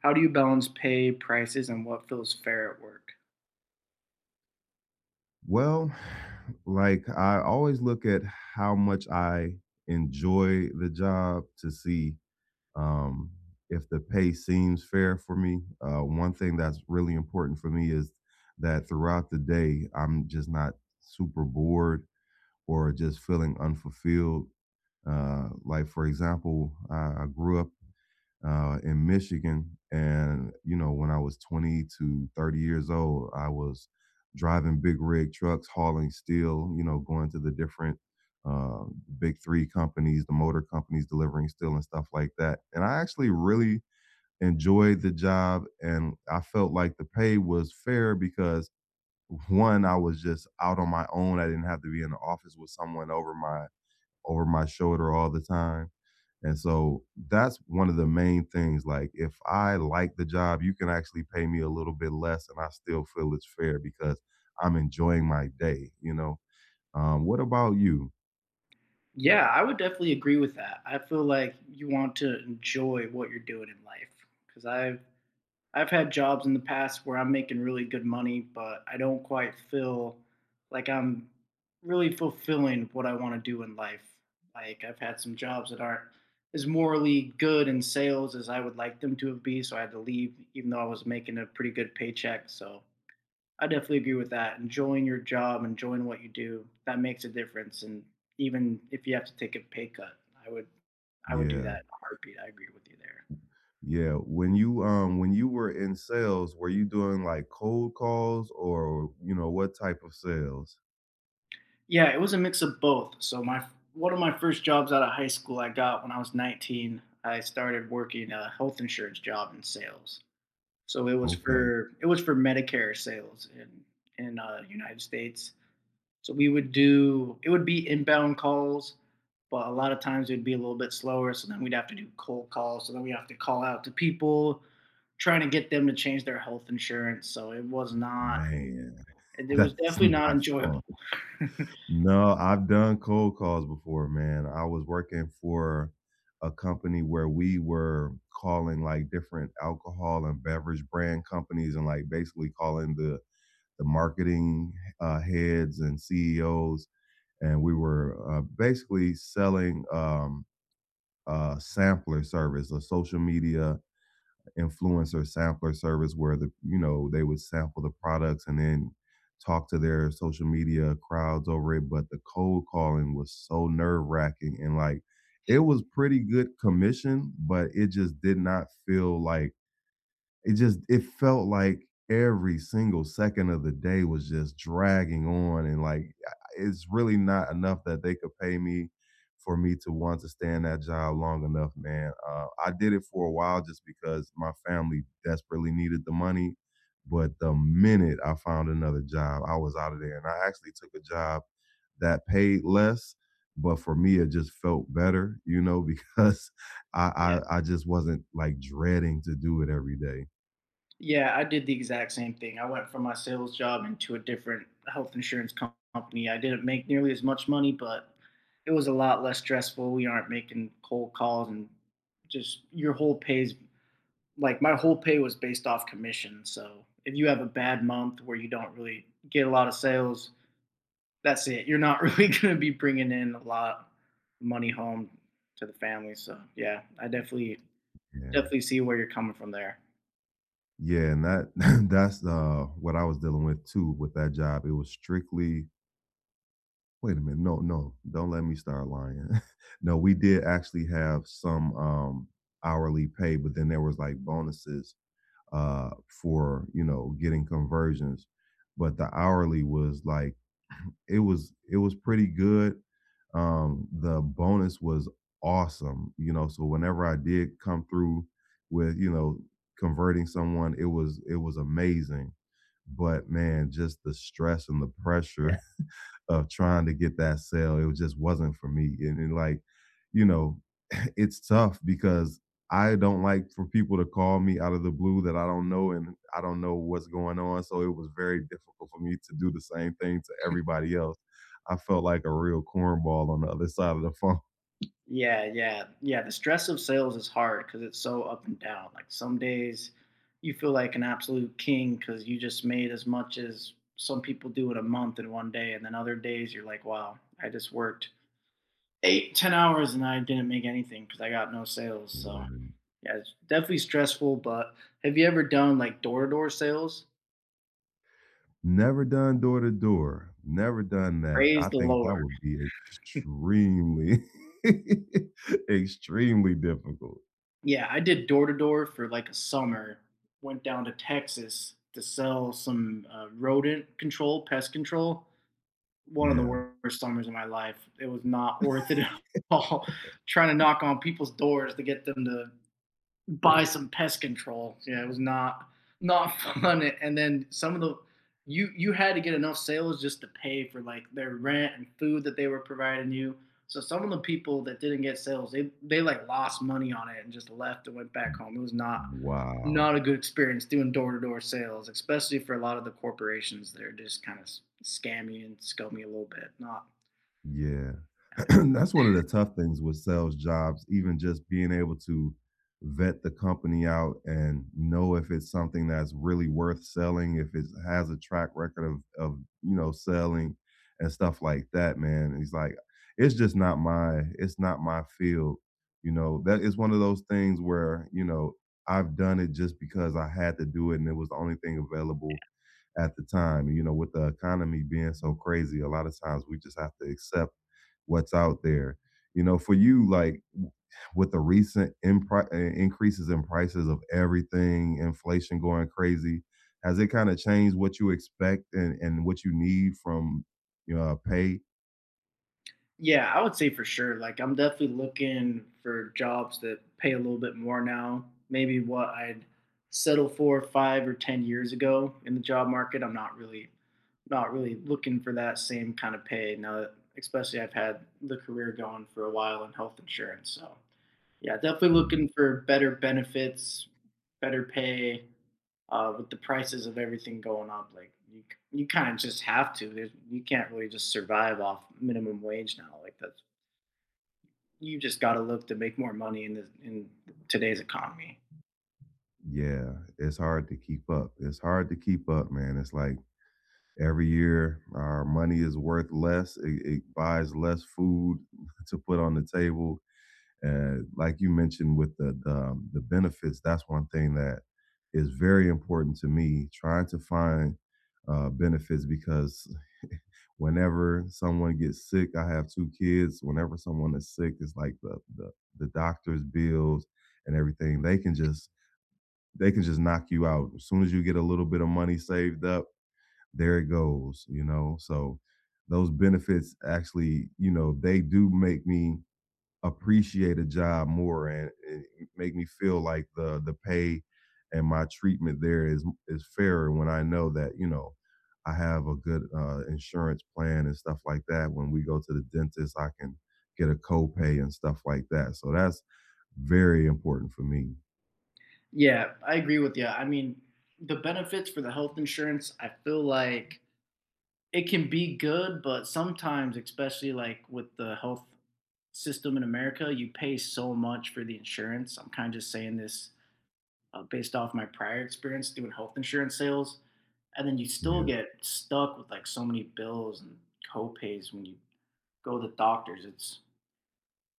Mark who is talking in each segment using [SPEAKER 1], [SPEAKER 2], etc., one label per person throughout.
[SPEAKER 1] How do you balance pay, prices, and what feels fair at work?
[SPEAKER 2] Well, like, I always look at how much I enjoy the job to see, um, if the pay seems fair for me. One thing that's really important for me is that throughout the day, I'm just not super bored or just feeling unfulfilled. Like, for example, I grew up in Michigan. And, you know, when I was 20 to 30 years old, I was driving big rig trucks, hauling steel, you know, going to the different uh, big three companies, the motor companies delivering steel and stuff like that. And I actually really enjoyed the job. And I felt like the pay was fair because one, I was just out on my own. I didn't have to be in the office with someone over my shoulder all the time. And so that's one of the main things. Like, if I like the job, you can actually pay me a little bit less, and I still feel it's fair because I'm enjoying my day. You know. What about you?
[SPEAKER 1] Yeah, I would definitely agree with that. I feel like you want to enjoy what you're doing in life because I've had jobs in the past where I'm making really good money, but I don't quite feel like I'm really fulfilling what I want to do in life. Like I've had some jobs that aren't as morally good in sales as I would like them to have be, so I had to leave even though I was making a pretty good paycheck. So I definitely agree with that. Enjoying your job, enjoying what you do, that makes a difference. And even if you have to take a pay cut, I would I would do
[SPEAKER 2] Yeah,
[SPEAKER 1] that in a heartbeat. I agree with you there.
[SPEAKER 2] yeah. When you were in sales, were you doing like cold calls or you know what type of sales?
[SPEAKER 1] Yeah, it was a mix of both. So my one of my first jobs out of high school I got when I was 19, I started working a health insurance job in sales. So
[SPEAKER 2] Okay,
[SPEAKER 1] it was for Medicare sales in United States. So we would do, it would be inbound calls, but a lot of times it'd be a little bit slower. So then we'd have to do cold calls. So then we have to call out to people, trying to get them to change their health insurance. So
[SPEAKER 2] man,
[SPEAKER 1] It was
[SPEAKER 2] that's
[SPEAKER 1] definitely not
[SPEAKER 2] not fun.
[SPEAKER 1] enjoyable.
[SPEAKER 2] No, I've done cold calls before, man. I was working for a company where we were calling, like, different alcohol and beverage brand companies and, like, basically calling the marketing, heads and CEOs, and we were, basically selling, a sampler service, a social media influencer sampler service where the you know they would sample the products and then talk to their social media crowds over it, but the cold calling was so nerve wracking, and like it was pretty good commission, but it just did not feel like it felt like every single second of the day was just dragging on, and like I it's really not enough that they could pay me for me to want to stay in that job long enough, man. I did it for a while just because my family desperately needed the money, but the minute I found another job, I was out of there, and I actually took a job that paid less, but for me, it just felt better, you know, because
[SPEAKER 1] yeah,
[SPEAKER 2] I just wasn't, like, dreading to do it every day.
[SPEAKER 1] yeah. I did the exact same thing. I went from my sales job into a different health insurance company. I didn't make nearly as much money, but it was a lot less stressful. We aren't making cold calls and just your whole pay's like my whole pay was based off commission. So if you have a bad month where you don't really get a lot of sales, that's it. You're not really going to be bringing in a lot of money home to the family. So yeah, I definitely
[SPEAKER 2] Yeah.
[SPEAKER 1] definitely see where you're coming from there.
[SPEAKER 2] Yeah, and that that's, what I was dealing with too with that job. It was strictly. Wait a minute, no, no, don't let me start lying. No, we did actually have some, hourly pay, but then there was, like, bonuses, uh, for, you know, getting conversions, but the hourly was, like, it was pretty good. The bonus was awesome, you know. So whenever I did come through with converting someone, it was amazing. But man, just the stress and the
[SPEAKER 1] Yeah,
[SPEAKER 2] pressure of trying to get that sale. It just wasn't for me. And like, you know, it's tough because I don't like for people to call me out of the blue that I don't know, and I don't know what's going on. So it was very difficult for me to do the same thing to everybody else. I felt like a real cornball on the other side of the phone.
[SPEAKER 1] yeah. The stress of sales is hard because it's so up and down. Like some days you feel like an absolute king because you just made as much as some people do in a month in one day, and then other days you're like, wow, I just worked eight, 10 hours, and I didn't make anything because I got no sales. So
[SPEAKER 2] Right.
[SPEAKER 1] yeah, it's definitely stressful. But have you ever done like door to door sales?
[SPEAKER 2] Never done door to door. Never done that. I
[SPEAKER 1] Praise the
[SPEAKER 2] think that
[SPEAKER 1] Lord.
[SPEAKER 2] would be extremely, extremely difficult.
[SPEAKER 1] Yeah, I did door to door for like a summer. Went down to Texas to sell some rodent control, pest control. One of the
[SPEAKER 2] Yeah.
[SPEAKER 1] worst summers of my life. It was not worth it at all. Trying to knock on people's doors to get them to buy some pest control. Yeah, it was not fun. And then some of the you had to get enough sales just to pay for like their rent and food that they were providing you. So some of the people that didn't get sales, they like lost money on it and just left and went back home. It was not a
[SPEAKER 2] Wow.
[SPEAKER 1] good experience doing door to door sales, especially for a lot of the corporations that are just kind of scammy and scummy a little bit. Not.
[SPEAKER 2] Yeah. That's one of the tough things with sales jobs, even just being able to vet the company out and know if it's something that's really worth selling, if it has a track record of, you know, selling and stuff like that, man. And he's like, it's just not my field. You know, that is one of those things where, you know, I've done it just because I had to do it and it was the only thing available at the time. You know, with the economy being so crazy, a lot of times we just have to accept what's out there. You know, for you, like with the recent increases in prices of everything, inflation going crazy, has it kind of changed what you expect and what you need from pay?
[SPEAKER 1] Yeah, I would say for sure. Like, I'm definitely looking for jobs that pay a little bit more now. Maybe what I'd settle for 5 or 10 years ago in the job market. I'm not really looking for that same kind of pay now. That, especially, I've had the career going for a while in health insurance, so yeah, definitely
[SPEAKER 2] Mm.
[SPEAKER 1] looking for better benefits, better pay. With the prices of everything going up, you kind of just have to. You can't really just survive off minimum wage now. Like that's, you just got to look to make more money in today's economy.
[SPEAKER 2] Yeah, it's hard to keep up. It's hard to keep up, man. It's like every year our money is worth less. It buys less food to put on the table. Like you mentioned with the benefits, that's one thing that is very important to me. Trying to find benefits because whenever someone gets sick, I have two kids. Whenever someone is sick, it's like the doctor's bills and everything. They can just knock you out as soon as you get a little bit of money saved up. There it goes, you know. So those benefits actually, you know, they do make me appreciate a job more and make me feel like the pay and my treatment there is fairer when I know that you know I have a good insurance plan and stuff like that. When we go to the dentist, I can get a copay and stuff like that. So that's very important for me.
[SPEAKER 1] Yeah, I agree with you. I mean, the benefits for the health insurance, I feel like it can be good, but sometimes, especially like with the health system in America, you pay so much for the insurance. I'm kind of just saying this based off my prior experience doing health insurance sales, and then you still
[SPEAKER 2] Yeah,
[SPEAKER 1] get stuck with like so many bills and copays when you go to the doctors. It's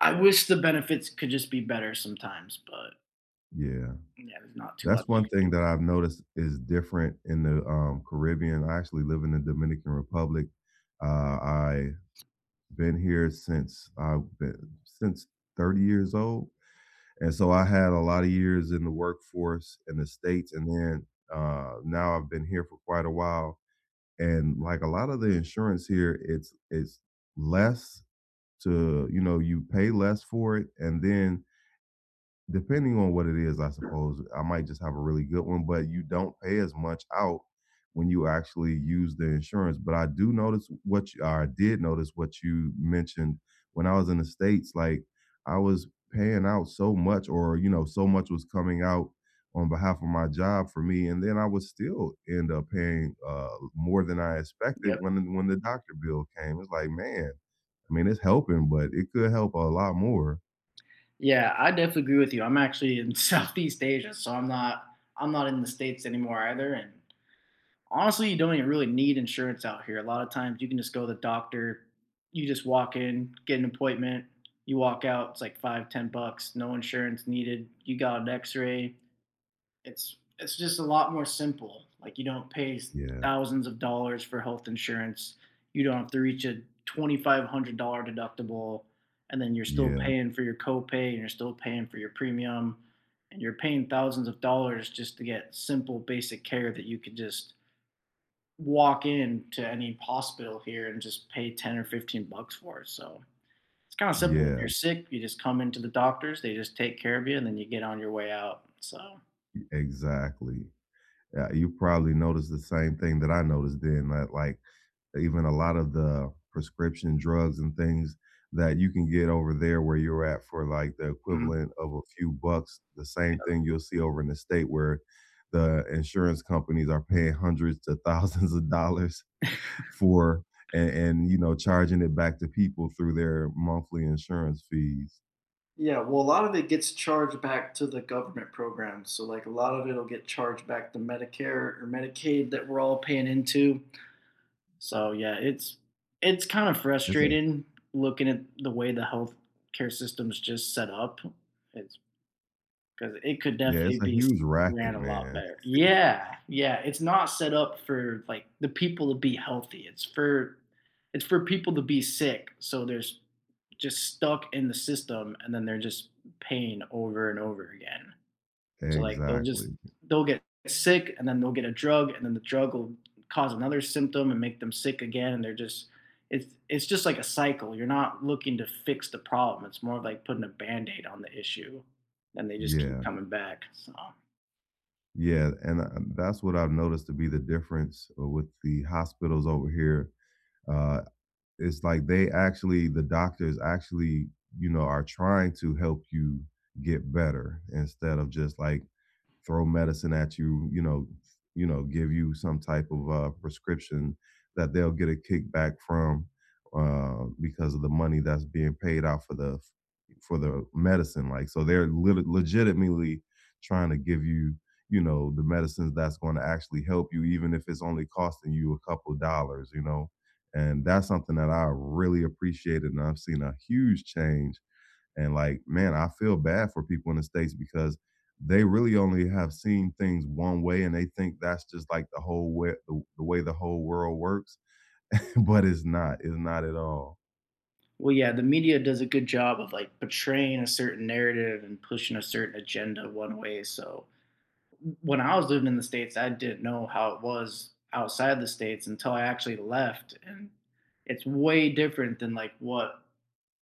[SPEAKER 1] I wish the benefits could just be better sometimes, but
[SPEAKER 2] yeah.
[SPEAKER 1] yeah, there's not too much
[SPEAKER 2] That's
[SPEAKER 1] you
[SPEAKER 2] one
[SPEAKER 1] can do.
[SPEAKER 2] thing that I've noticed is different in the Caribbean. I actually live in the Dominican Republic. I been here since I've been since 30 years old. And so I had a lot of years in the workforce in the States. And then now I've been here for quite a while. And like a lot of the insurance here, it's less to, you know, you pay less for it. And then, depending on what it is, I suppose I might just have a really good one, but you don't pay as much out when you actually use the insurance. But I do notice what you, or I did notice what you mentioned, when I was in the States, like I was paying out so much, or, you know, so much was coming out on behalf of my job for me. And then I would still end up paying more than I expected
[SPEAKER 1] Yep.
[SPEAKER 2] when, the doctor bill came. It's like, man, I mean, it's helping, but it could help a lot more.
[SPEAKER 1] Yeah, I definitely agree with you. I'm actually in Southeast Asia, so I'm not in the states anymore either, and honestly, you don't even really need insurance out here. A lot of times you can just go to the doctor. You just walk in, get an appointment. You walk out. It's like five, $10. No insurance needed. You got an X-ray. It's just a lot more simple. Like you don't pay
[SPEAKER 2] Yeah.
[SPEAKER 1] thousands of dollars for health insurance. You don't have to reach a $2,500 deductible, and then you're still
[SPEAKER 2] Yeah.
[SPEAKER 1] paying for your copay and you're still paying for your premium, and you're paying thousands of dollars just to get simple basic care that you could just walk in to any hospital here and just pay 10 or 15 bucks for it. So it's kind of simple. If
[SPEAKER 2] Yeah.
[SPEAKER 1] you're sick, you just come into the doctors, they just take care of you, and then you get on your way out. So,
[SPEAKER 2] Exactly. Yeah, you probably noticed the same thing that I noticed then, that like even a lot of the prescription drugs and things that you can get over there where you're at for like the
[SPEAKER 1] mhm.
[SPEAKER 2] equivalent of a few bucks, the same thing you'll see over in the state where the insurance companies are paying hundreds to thousands of dollars for, and you know, charging it back to people through their monthly insurance fees.
[SPEAKER 1] Yeah, well, a lot of it gets charged back to the government programs. So, like, a lot of it'll get charged back to Medicare or Medicaid that we're all paying into. So yeah, it's kind of
[SPEAKER 2] It's a
[SPEAKER 1] frustrating looking at the way the healthcare system's just set up. It's. 'Cause it could
[SPEAKER 2] Yeah, it's
[SPEAKER 1] definitely
[SPEAKER 2] a
[SPEAKER 1] be s
[SPEAKER 2] huge racket,
[SPEAKER 1] ran a lot
[SPEAKER 2] man.
[SPEAKER 1] better. Yeah, yeah, it's not set up for, like, the people to be healthy, it's for people to be sick, so there's just stuck in the system, and then they're just paying over and over again. So like
[SPEAKER 2] Exactly.
[SPEAKER 1] they'll get sick and then they'll get a drug and then the drug will cause another symptom and make them sick again and they're just, it's just like a cycle. You're not looking to fix the problem. It's more like putting a band-aid on the issue. And they just keep
[SPEAKER 2] Yeah.
[SPEAKER 1] coming back. So
[SPEAKER 2] Yeah, and that's what I've noticed to be the difference with the hospitals over here. Uh, it's like they actually, the doctors actually, you know, are trying to help you get better instead of just like throw medicine at you, you know, give you some type of prescription that they'll get a kickback from because of the money that's being paid out for the medicine. Like, so they're legitimately trying to give you, you know, the medicines that's going to actually help you, even if it's only costing you a couple dollars, you know. And that's something that I really appreciated, and I've seen a huge change, and like, man, I feel bad for people in the States because they really only have seen things one way, and they think that's just like the whole way the way the whole world works. But it's not. It's not at all.
[SPEAKER 1] well yeah, the media does a good job of like portraying a certain narrative and pushing a certain agenda one way. So when I was living in the states, I didn't know how it was outside the states until I actually left, and it's way different than like what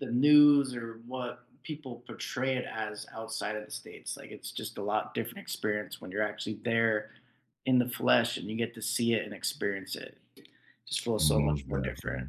[SPEAKER 1] the news or what people portray it as outside of the states. Like it's just a lot different experience when you're actually there in the flesh and you get to see it and experience it. It just feels so much
[SPEAKER 2] Most
[SPEAKER 1] more different.
[SPEAKER 2] definitely.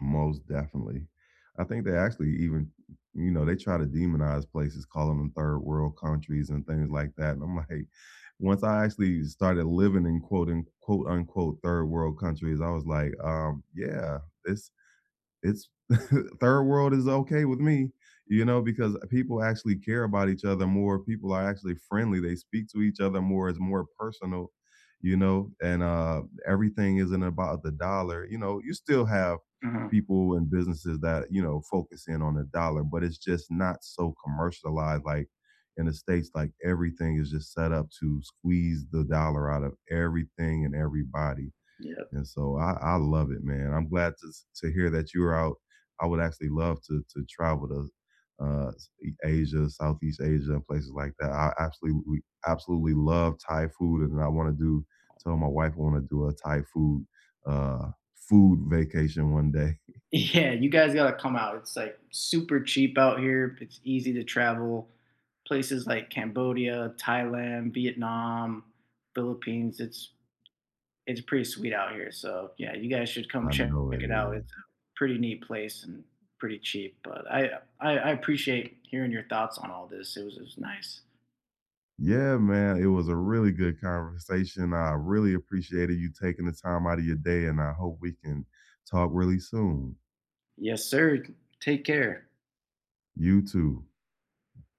[SPEAKER 2] Most definitely. I think they actually even, you know, they try to demonize places, calling them third world countries and things like that. And I'm like, once I actually started living in quote unquote third world countries, I was like, yeah, this it's third world is okay with me, you know, because people actually care about each other more. People are actually friendly. They speak to each other more. It's more personal, you know, and everything isn't about the dollar. You know, you still have
[SPEAKER 1] Mhm.
[SPEAKER 2] people and businesses that, you know, focus in on the dollar, but it's just not so commercialized, like in the States, like everything is just set up to squeeze the dollar out of everything and everybody,
[SPEAKER 1] Yeah.
[SPEAKER 2] and so I love it, man. I'm glad to hear that you're out. I would actually love to travel to uh, Asia, Southeast Asia, and places like that. I absolutely love Thai food, and I want to do. Tell my wife I want to do a Thai food vacation one day.
[SPEAKER 1] Yeah, you guys got to come out. It's like super cheap out here. It's easy to travel. Places like Cambodia, Thailand, Vietnam, Philippines. It's pretty sweet out here. So yeah, you guys should come
[SPEAKER 2] I
[SPEAKER 1] check
[SPEAKER 2] know it
[SPEAKER 1] it out.
[SPEAKER 2] is.
[SPEAKER 1] It's a pretty neat place and pretty cheap. But I appreciate hearing your thoughts on all this. It was nice.
[SPEAKER 2] Yeah, man, it was a really good conversation. I really appreciated you taking the time out of your day, and I hope we can talk really soon.
[SPEAKER 1] Yes, sir. Take care.
[SPEAKER 2] You too.